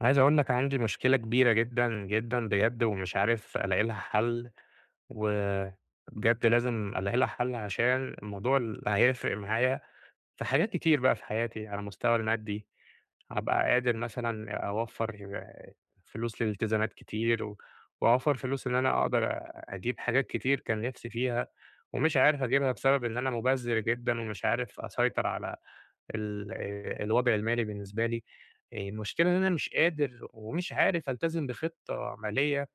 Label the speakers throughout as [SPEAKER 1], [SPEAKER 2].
[SPEAKER 1] عايز أقول لك عندي مشكلة كبيرة جدًا، جدًا بجد، ومش عارف ألاقي لها حل، وبجد لازم ألاقي لها حل عشان الموضوع اللي هيفرق معايا في حاجات كتير بقى في حياتي. على المستوى المادي، هابقى قادر مثلًا أوفّر فلوس لالتزامات كتير، وأوفّر فلوس إن أنا أقدر أجيب حاجات كتير كان نفسي فيها، ومش عارف أجيبها بسبب إن أنا مُبذِّر جدًا، ومش عارف أسيطر على ال الوضع المالي بالنسبة لي. المشكلة إن أنا مش قادر ومش عارف ألتزم بخطة مالية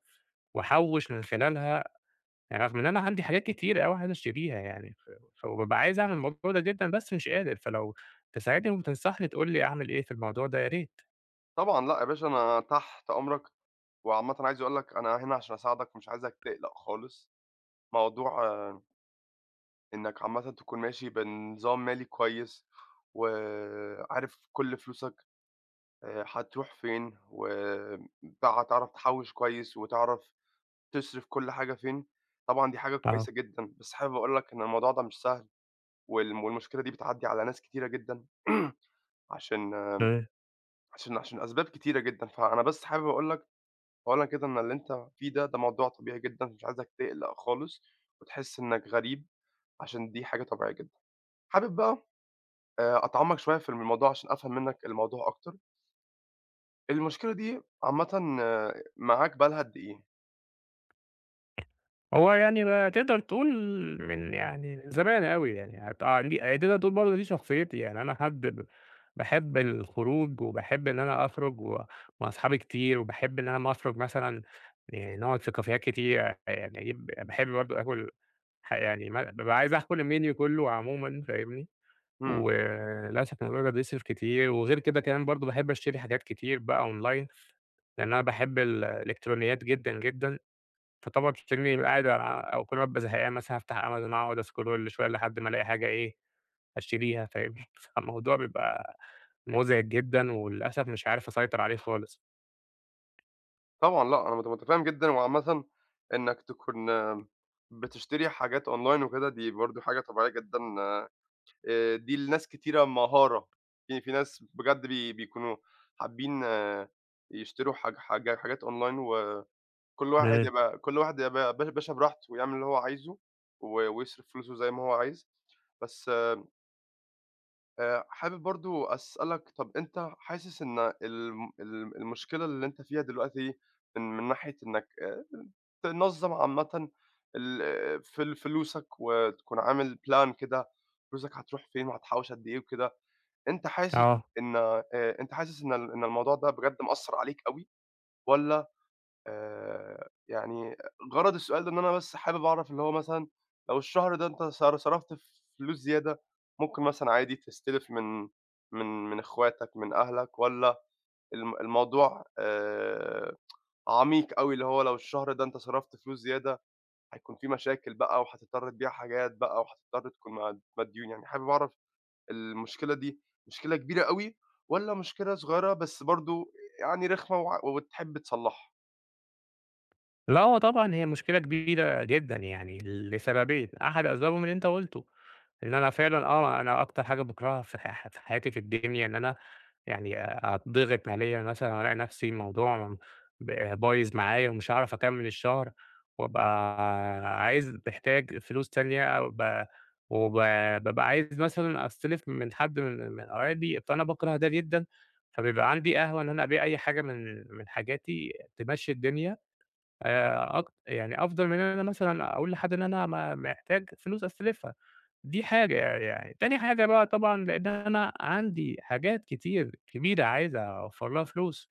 [SPEAKER 1] وأحوّش من خلالها. يعني رغم إن أنا عندي حاجات كتير أوي عايز أشتريها يعني، فبابقى عايز أعمل الموضوع ده جدًا بس مش قادر. فلو تساعدني وتنصحني، تقول لي أعمل إيه في الموضوع ده، يا ريت.
[SPEAKER 2] طبعًا لأ يا باشا، أنا تحت أمرك، وعامةً عايز أقول لك أنا هنا عشان أساعدك ومش عايزك تقلق خالص، موضوع إنك عامةً تكون ماشي بنظام مالي كويس، وعارف كل فلوسك هتروح فين، وبتاع هتعرف تحوّش كويس وتعرف تصرف كل حاجة فين، طبعًا دي حاجة
[SPEAKER 1] آه.
[SPEAKER 2] كويسة جدًا، بس حابب أقول لك إن الموضوع ده مش سهل، والمشكلة دي بتعدّي على ناس كتيرة جدًا عشان عشان أسباب كتيرة جدًا، فأنا بس حابب أقول لك أولًا كده إن اللي أنت فيه ده، ده موضوع طبيعي جدًا، مش عايزك تقلق خالص وتحس إنك غريب عشان دي حاجة طبيعية جدًا. حابب بقى أتعمّق شوية في الموضوع عشان أفهم منّك الموضوع أكتر. المشكلة دي عامةً معاك بقى لها قد إيه؟
[SPEAKER 1] هو يعني ما تقدر تقول، من يعني من زمان أوي، يعني بتاع. ليه تقدر تقول برضه دي شخصيتي؟ يعني أنا حد باحب الخروج، وباحب إن أنا أخرج و مع أصحابي كتير، وباحب إن أنا أمّا أخرج مثلًا نقعد في كافيهات كتير. يعني باحب برضه آكل. يعني ما بابقى عايز آكل الmenu كُلّه عمومًا، فاهمني؟
[SPEAKER 2] إمم.
[SPEAKER 1] وللأسف الموضوع ده بيصرف كتير. وغير كده كمان برضه باحب أشتري حاجات كتير بقى online، لإن أنا باحب الإلكترونيات جدًا، جدًا. فطبعًا بتشتري قاعد أو كل ما أبقى زهقان مثلًا، هافتح أمازون أقعد أسكرول شوية لحد ما ألاقي حاجة إيه أشتريها، فاهمني؟ فالموضوع بيبقى مزعج جدًا، وللأسف مش عارف أسيطر عليه خالص.
[SPEAKER 2] طبعًا لأ، أنا متفهّم جدًا وعامةً إنّك تكون بتشتري حاجات أونلاين وكده، دي برضه حاجة طبيعية جدًا دي لناس كتيرة مهارة. في ناس بجد بيكونوا حابّين يشتروا حاجات أونلاين و
[SPEAKER 1] إمم.
[SPEAKER 2] كل واحد يبقى باشا براحته، يعمل اللي هو عايزه و ويصرف فلوسه زي ما هو عايز. بس حابب برضه أسألك، طَب أنت حاسس إن المشكلة اللي أنت فيها دلوقتي من ناحية إنّك تنظّم عامةً ال فل فلوسك وتكون عامل plan كده، فلوسك هتروح فين وهتحوّش قد إيه وكده، أنت حاسس
[SPEAKER 1] آه.
[SPEAKER 2] إن أنت حاسس إن ال إن الموضوع ده بجد مأثّر عليك أوي والّا آآ يعني غرض السؤال ده إن أنا بس حابب أعرف اللي هو مثلًا لو الشهر ده أنت صرفت فلوس زيادة، ممكن مثلًا عادي تستلف من إخواتك، من أهلك والّا الموضوع عميق أوي، اللي هو لو الشهر ده أنت صرفت فلوس زيادة هيكون في مشاكل بقى وهتضطر تبيع حاجات بقى وهتضطر تكون مديون، يعني حابب أعرف المشكلة دي مشكلة كبيرة أوي والّا مشكلة صغيرة بس برضه يعني رخمة وتحب تصلحها؟
[SPEAKER 1] لأ، هو طبعًا هي مشكلة كبيرة جدًا، يعني لسببين. أحد أسبابهم اللي أنت قُلته، إن أنا فعلًا، أنا أكتر حاجة باكرهها في في حياتي في الدنيا، إن أنا يعني أتضغط ماليًا مثلًا، وألاقي نفسي الموضوع بايظ معايا، ومش هاعرف أكمّل الشهر، وأبقى عايز، محتاج فلوس تانية، أو ب وب بابقى عايز مثلًا أستلف من حد، من قرايبي، فأنا باكره ده جدًا. فبيبقى عندي قهوة إن أنا أبيع أي حاجة من حاجاتي تمشّي الدنيا، أك يعني أفضل من إن أنا مثلًا أقول لحد إن أنا محتاج فلوس أستلفها. دي حاجة، يعني، يعني تاني حاجة بقى طبعًا، لإن أنا عندي حاجات كتير كبيرة عايز أوفّر لها فلوس.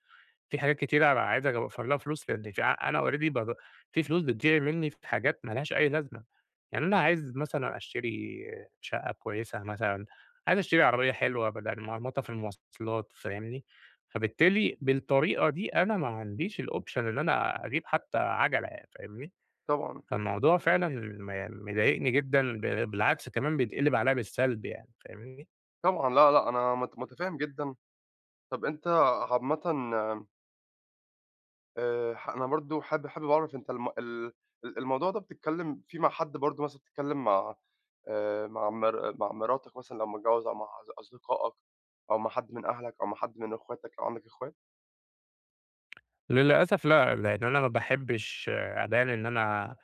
[SPEAKER 1] في حاجات كتيرة عايز أوفّر لها فلوس، لإن في أنا already باض في فلوس بتضيع منّي في حاجات ما لهاش أي لازمة. يعني أنا عايز مثلًا أشتري شقة كويسة مثلًا، عايز أشتري عربية حلوة بدل مرمطة في المواصلات، فاهمني؟ فبالتالي بالطريقة دي، أنا ما عنديش الoption إن أنا أجيب حتى عَجَلة يعني، فاهمني.
[SPEAKER 2] طبعًا.
[SPEAKER 1] فالموضوع فعلًا يعني مضايقني جدًا. بالعكس، كمان بيتقلب عليّا بالسلب يعني، فاهمني؟
[SPEAKER 2] طبعًا، لا، لأ، أنا متفهّم جدًا. طَب أنت عامةً ح أنا برضه حابب أعرف أنت الم ال ال الموضوع ده بتتكلّم فيه مع حد برضه مثلًا بتتكلّم مع مع مر مع مراتك مثلًا لو متجوّز أو مع أصدقائك أو مع حد من أهلك أو مع حد من أخواتك لو عندك أخوات؟
[SPEAKER 1] للأسف لأ، لإن أنا ما باحبش أبان إن أنا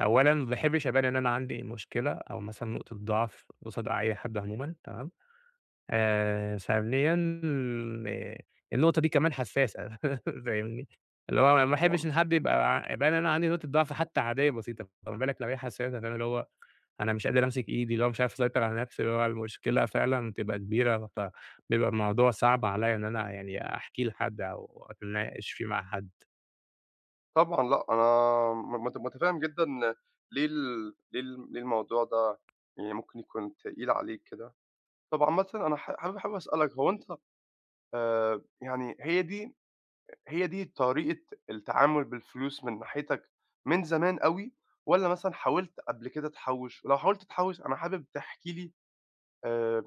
[SPEAKER 1] أولًا ما باحبش أبان إن أنا عندي مشكلة أو مثلًا نقطة ضعف قصاد أي حد عمومًا، تمام. ثانيًا، آه، النقطة دي كمان حساسة فاهمني؟ اللي هو ما
[SPEAKER 2] طبعًا،
[SPEAKER 1] باحبش إن حد يبقى يبان إن أنا عندي نقطة ضعف حتى عادية بسيطة، فما بالك لو هي حساسة. فأنا اللي هو أنا مش قادر أمسك إيدي، اللي هو مش عارف أسيطر على نفسي، اللي هو المشكلة فعلًا بتبقى كبيرة، فبيبقى الموضوع صعب عليّا إن أنا يعني أحكيه لحد أو أتناقش فيه مع حد.
[SPEAKER 2] طبعًا لأ، أنا م مت متفهّم جدًا ليه الموضوع ده يعني ممكن يكون تقيل عليك كده. طَب عامةً أنا ح حابب حابب أسألك هو أنت آآ، يعني هي دي هي دي طريقة التعامل بالفلوس من ناحيتك من زمان أوي، والّا مثلًا حاولت قبل كده تحوّش؟ ولو حاولت تحوّش أنا حابب تحكي لي آآ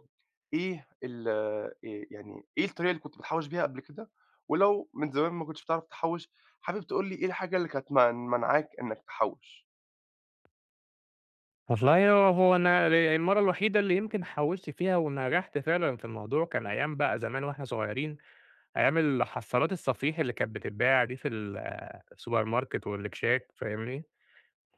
[SPEAKER 2] إيه ال يعني إيه الطريقة اللي كنت بتحوّش بيها قبل كده؟ ولو من زمان ما كنتش بتعرف تحوّش، حابب تقول لي إيه الحاجة اللي كانت منعاك إنك تحوّش؟
[SPEAKER 1] والله، هو أنا المَرّة الوحيدة اللي يمكن حاولت فيها ونجحت فعلًا في الموضوع، كان أيام بقى زمان وإحنا صغيرين. أيام الحصّالات الصفيح اللي كانت بتتباع دي في السوبر ماركت والإكشاك، فاهمني؟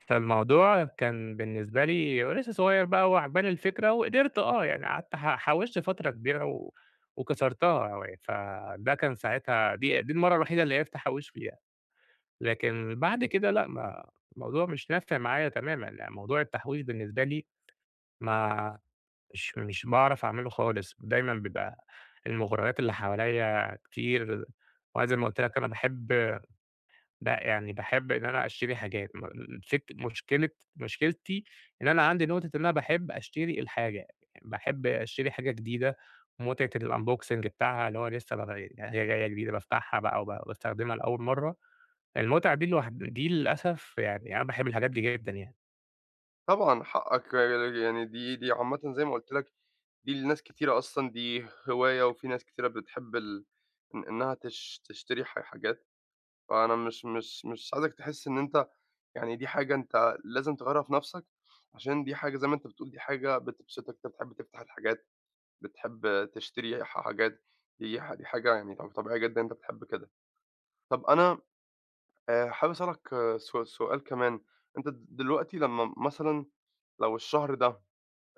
[SPEAKER 1] فالموضوع كان بالنسبة لي ولسه صغير بقى، وعجباني الفكرة، وقدرت، يعني قعدت حوشت فترة كبيرة، وكسرتها يعني. فده كان ساعتها، دي المرّة الوحيدة اللي عرفت أحوِّش فيها. لكن بعد كده لأ، ما الموضوع مش نافع معايا تمامًا. يعني موضوع التحويش بالنسبة لي، ما مش باعرف أعمله خالص. دايمًا بيبقى المغريات اللي حواليّا كتير. وأنا زي ما قُلت لك، أنا باحب، لأ، يعني باحب إن أنا أشتري حاجات الفك، مشكلتي إن أنا عندي نقطة، إن أنا باحب أشتري الحاجة، باحب أشتري حاجة جديدة. متعة الunboxing بتاعها، اللي هو لسه هي جاية جديدة، بافتحها بقى وب باستخدمها لأول مرة. المتعة دي لوحد دي للأسف، يعني أنا باحب الحاجات دي جدًا يعني.
[SPEAKER 2] طبعًا حقك يعني دي عامةً زي ما قُلت لك دي لناس كتيرة أصلًا دي هواية، وفي ناس كتيرة بتحب ال إن إنها تشتري حاجات فأنا مش عايزك تحس إن أنت يعني دي حاجة أنت لازم تغيّرها في نَفْسك، عشان دي حاجة زي ما أنت بتقول دي حاجة بتبسطك، أنت بتحب تفتح الحاجات، بتحب تشتري حاجات، دي حاجة يعني طبيعية جدًا أنت بتحب كده. طَب أنا حابب أسألك آه، سؤال كمان، أنت دلوقتي لمّا مثلًا لو الشهر ده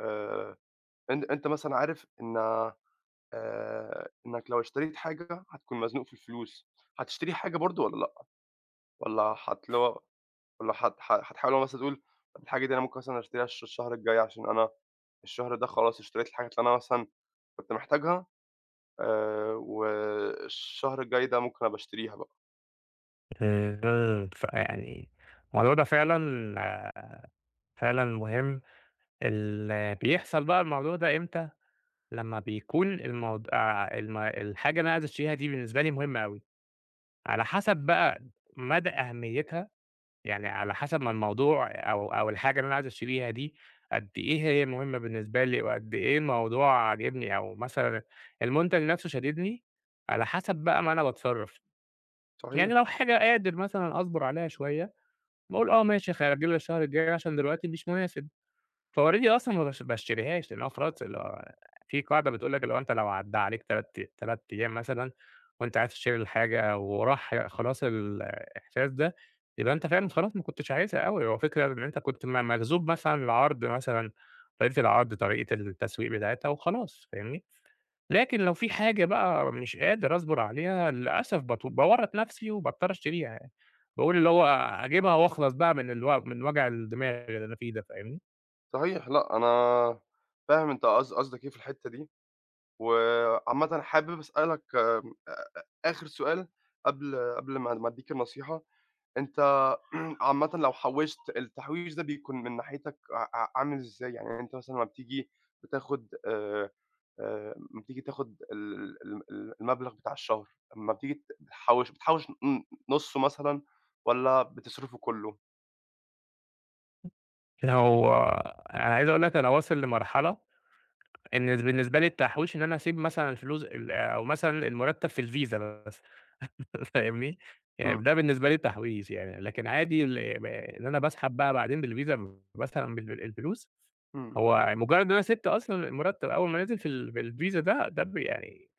[SPEAKER 2] آآ أن أنت مثلًا عارف إن إنّك لو اشتريت حاجة هتكون مزنوق في الفلوس، هتشتري حاجة برضه والّا لأ؟ والّا هت اللي هو والّا هت ح هتحاول اللي هو مثلًا تقول طب الحاجة دي أنا ممكن مثلًا أشتريها الشهر الجاي عشان أنا الشهر ده خلاص اشتريت الحاجات اللي أنا مثلًا كنت محتاجها والشهر الجاي ده ممكن أبقى أشتريها بقى.
[SPEAKER 1] فيعني الموضوع ده فعلًا، آه، فعلًا مهم. بيحصل بقى الموضوع ده إمتى؟ لمّا بيكون الموضوع، الم الحاجة اللي أنا عايز أشتريها دي بالنسبة لي مهمة أوي، على حسب بقى مدى أهميتها. يعني على حسب ما الموضوع، أو الحاجة اللي أنا عايز أشتريها دي قد إيه هي مهمة بالنسبة لي، وقد إيه الموضوع عاجبني، أو مثلًا المنتج نفسه شاددني، على حسب بقى ما أنا باتصرف.
[SPEAKER 2] صحيح،
[SPEAKER 1] يعني لو حاجة قادر مثلًا أصبر عليها شوية، باقول آه ماشي، هاجيبها الشهر الجاي عشان دلوقتي مش مناسب. فalready أصلًا ما باشتريهاش، لأن هو خلاص اللي هو، في قاعدة بتقول لك، اللي هو أنت لو عدّى عليك 3 أيام مثلًا، وأنت عايز تشتري الحاجة، وراح خلاص الإحساس ده، يبقى أنت فعلًا خلاص ما كنتش عايزها أوي. هو فكرة إن أنت كنت مجذوب مثلًا بالعرض مثلًا، طريقة العرض، طريقة التسويق بتاعتها، وخلاص، فاهمني؟ لكن لو في حاجة بقى مش قادر أصبر عليها، للأسف باورّط نفسي وباضطر أشتريها يعني. باقول اللي هو أجيبها وأخلص بقى من الو من وجع الدماغ اللي أنا فيه ده، فاهمني؟
[SPEAKER 2] صحيح، لأ أنا فاهم أنت قصدك إيه في الحتّة دي، وعامةً حابب أسألك آمم، آخر سؤال قبل ما أدّيك النصيحة. أنت عامةً لو حوّشت، التحويش ده بيكون من ناحيتك ع ع عامل إزاي؟ يعني أنت مثلًا لمّا بتيجي بتاخد لمّا بتيجي تاخد ال ال ال المبلغ بتاع الشهر، أمّا بتيجي ت بتحوّش بتحوّش نُصّه مثلًا والّا بتصرفه كلّه؟
[SPEAKER 1] هو أنا عايز أقول لك، أنا واصل لمرحلة إن بالنسبة لي التحويش إن أنا أسيب مثلًا الفلوس، أو مثلًا المرتب في الفيزا بس فاهمني؟ يعني
[SPEAKER 2] إمم،
[SPEAKER 1] ده بالنسبة لي تحويش يعني. لكن عادي ال ب إن أنا باسحب بقى بعدين بالفيزا مثلًا الفلوس.
[SPEAKER 2] إمم،
[SPEAKER 1] هو مجرد إن أنا سِبت أصلًا المرتب أول ما نزل في بالفيزا ده، ده يعني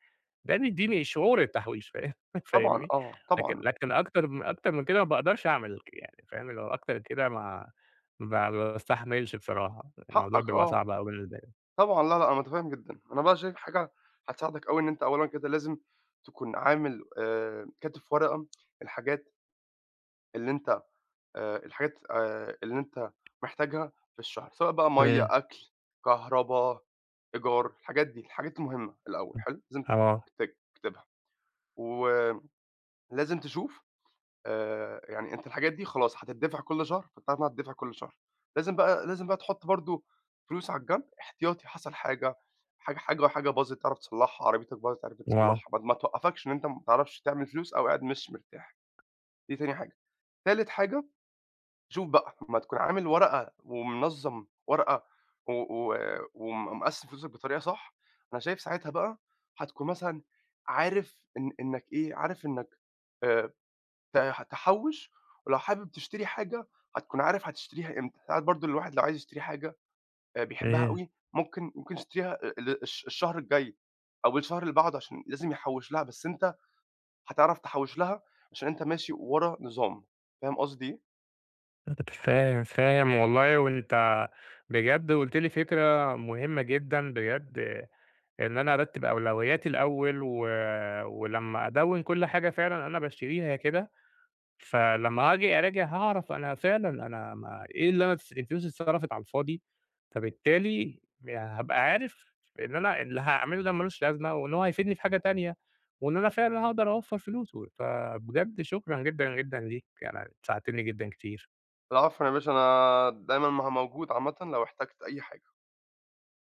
[SPEAKER 1] ده بيدّيني شعور التحويش، فاهم؟
[SPEAKER 2] طبعًا
[SPEAKER 1] فاهمني؟
[SPEAKER 2] آه، طبعًا
[SPEAKER 1] لكن أكتر أكتر من كده ما باقدرش أعمل، يعني فاهم، اللي هو أكتر من كده ما باستحملش بصراحة. الموضوع
[SPEAKER 2] حقك
[SPEAKER 1] بيبقى
[SPEAKER 2] آه،
[SPEAKER 1] صعب أوي بالنسبة لي.
[SPEAKER 2] طبعًا لا، لا، أنا متفهّم جدًا، أنا بقى شايف حاجة هتساعدك أوي، إن أنت أولًا كده لازم تكون عامل كاتب في ورقة الحاجات اللي أنت الحاجات اللي أنت محتاجها في الشهر، سواء بقى مَيّة،
[SPEAKER 1] إمم،
[SPEAKER 2] أكل، كهربا، إيجار، الحاجات دي، الحاجات المهمة الأول
[SPEAKER 1] إمم.
[SPEAKER 2] حلو، لازم
[SPEAKER 1] آه،
[SPEAKER 2] تكتبها، ولازم تشوف أنت الحاجات دي خلاص هتدفع كل شهر، فأنت عارف إنها هتدفع كل شهر، لازم بقى تحط برضه فلوس على الجنب احتياطي حصل حاجة، حاجة باظت تعرف تصلحها، عربيتك باظت تعرف
[SPEAKER 1] آه،
[SPEAKER 2] تصلحها، ما توقفكش إن أنت ما تعرفش تعمل فلوس أو قاعد مش مرتاح، دي تاني حاجة. تالت حاجة شوف بقى، أمّا تكون عامل ورقة ومنظّم ورقة و مقسّم فلوسك بطريقة صح، أنا شايف ساعتها بقى هتكون مثلًا عارف إن إنّك إيه، عارف إنّك آآ ت تحوّش، ولو حابب تشتري حاجة هتكون عارف هتشتريها إمتى. ساعات برضه الواحد لو عايز يشتري حاجة بيحبها
[SPEAKER 1] إمم.
[SPEAKER 2] أوي، ممكن يشتريها ال الش الشهر الجاي أو الشهر اللي بعده عشان لازم يحوّش لها، بس أنت هتعرف تحوّش لها عشان أنت ماشي ورا نظام. فاهم قصدي إيه؟
[SPEAKER 1] فاهم، فاهم والله. وأنت بجد قُلت لي فكرة مهمة جدًا بجد، إن أنا أرتّب أولوياتي الأول، ولمّا أدوّن كل حاجة فعلًا أنا باشتريها كده، فلمّا آجي أراجع هاعرف أنا فعلًا، أنا ما إيه اللي أنا الفلوس اللي اتصرفت على الفاضي. فبالتالي يعني هابقى عارف إن أنا اللي هاعمله ده ما لوش لازمة، وإن هو هيفيدني في حاجة تانية، وإن أنا فعلًا هاقدر أوفّر فلوس، فبجد شكرًا جدًا، جدًا ليك، يعني ساعدتني جدًا كتير.
[SPEAKER 2] العفو يا باشا أنا دايمًا موجود عامةً لو احتجت أي حاجة.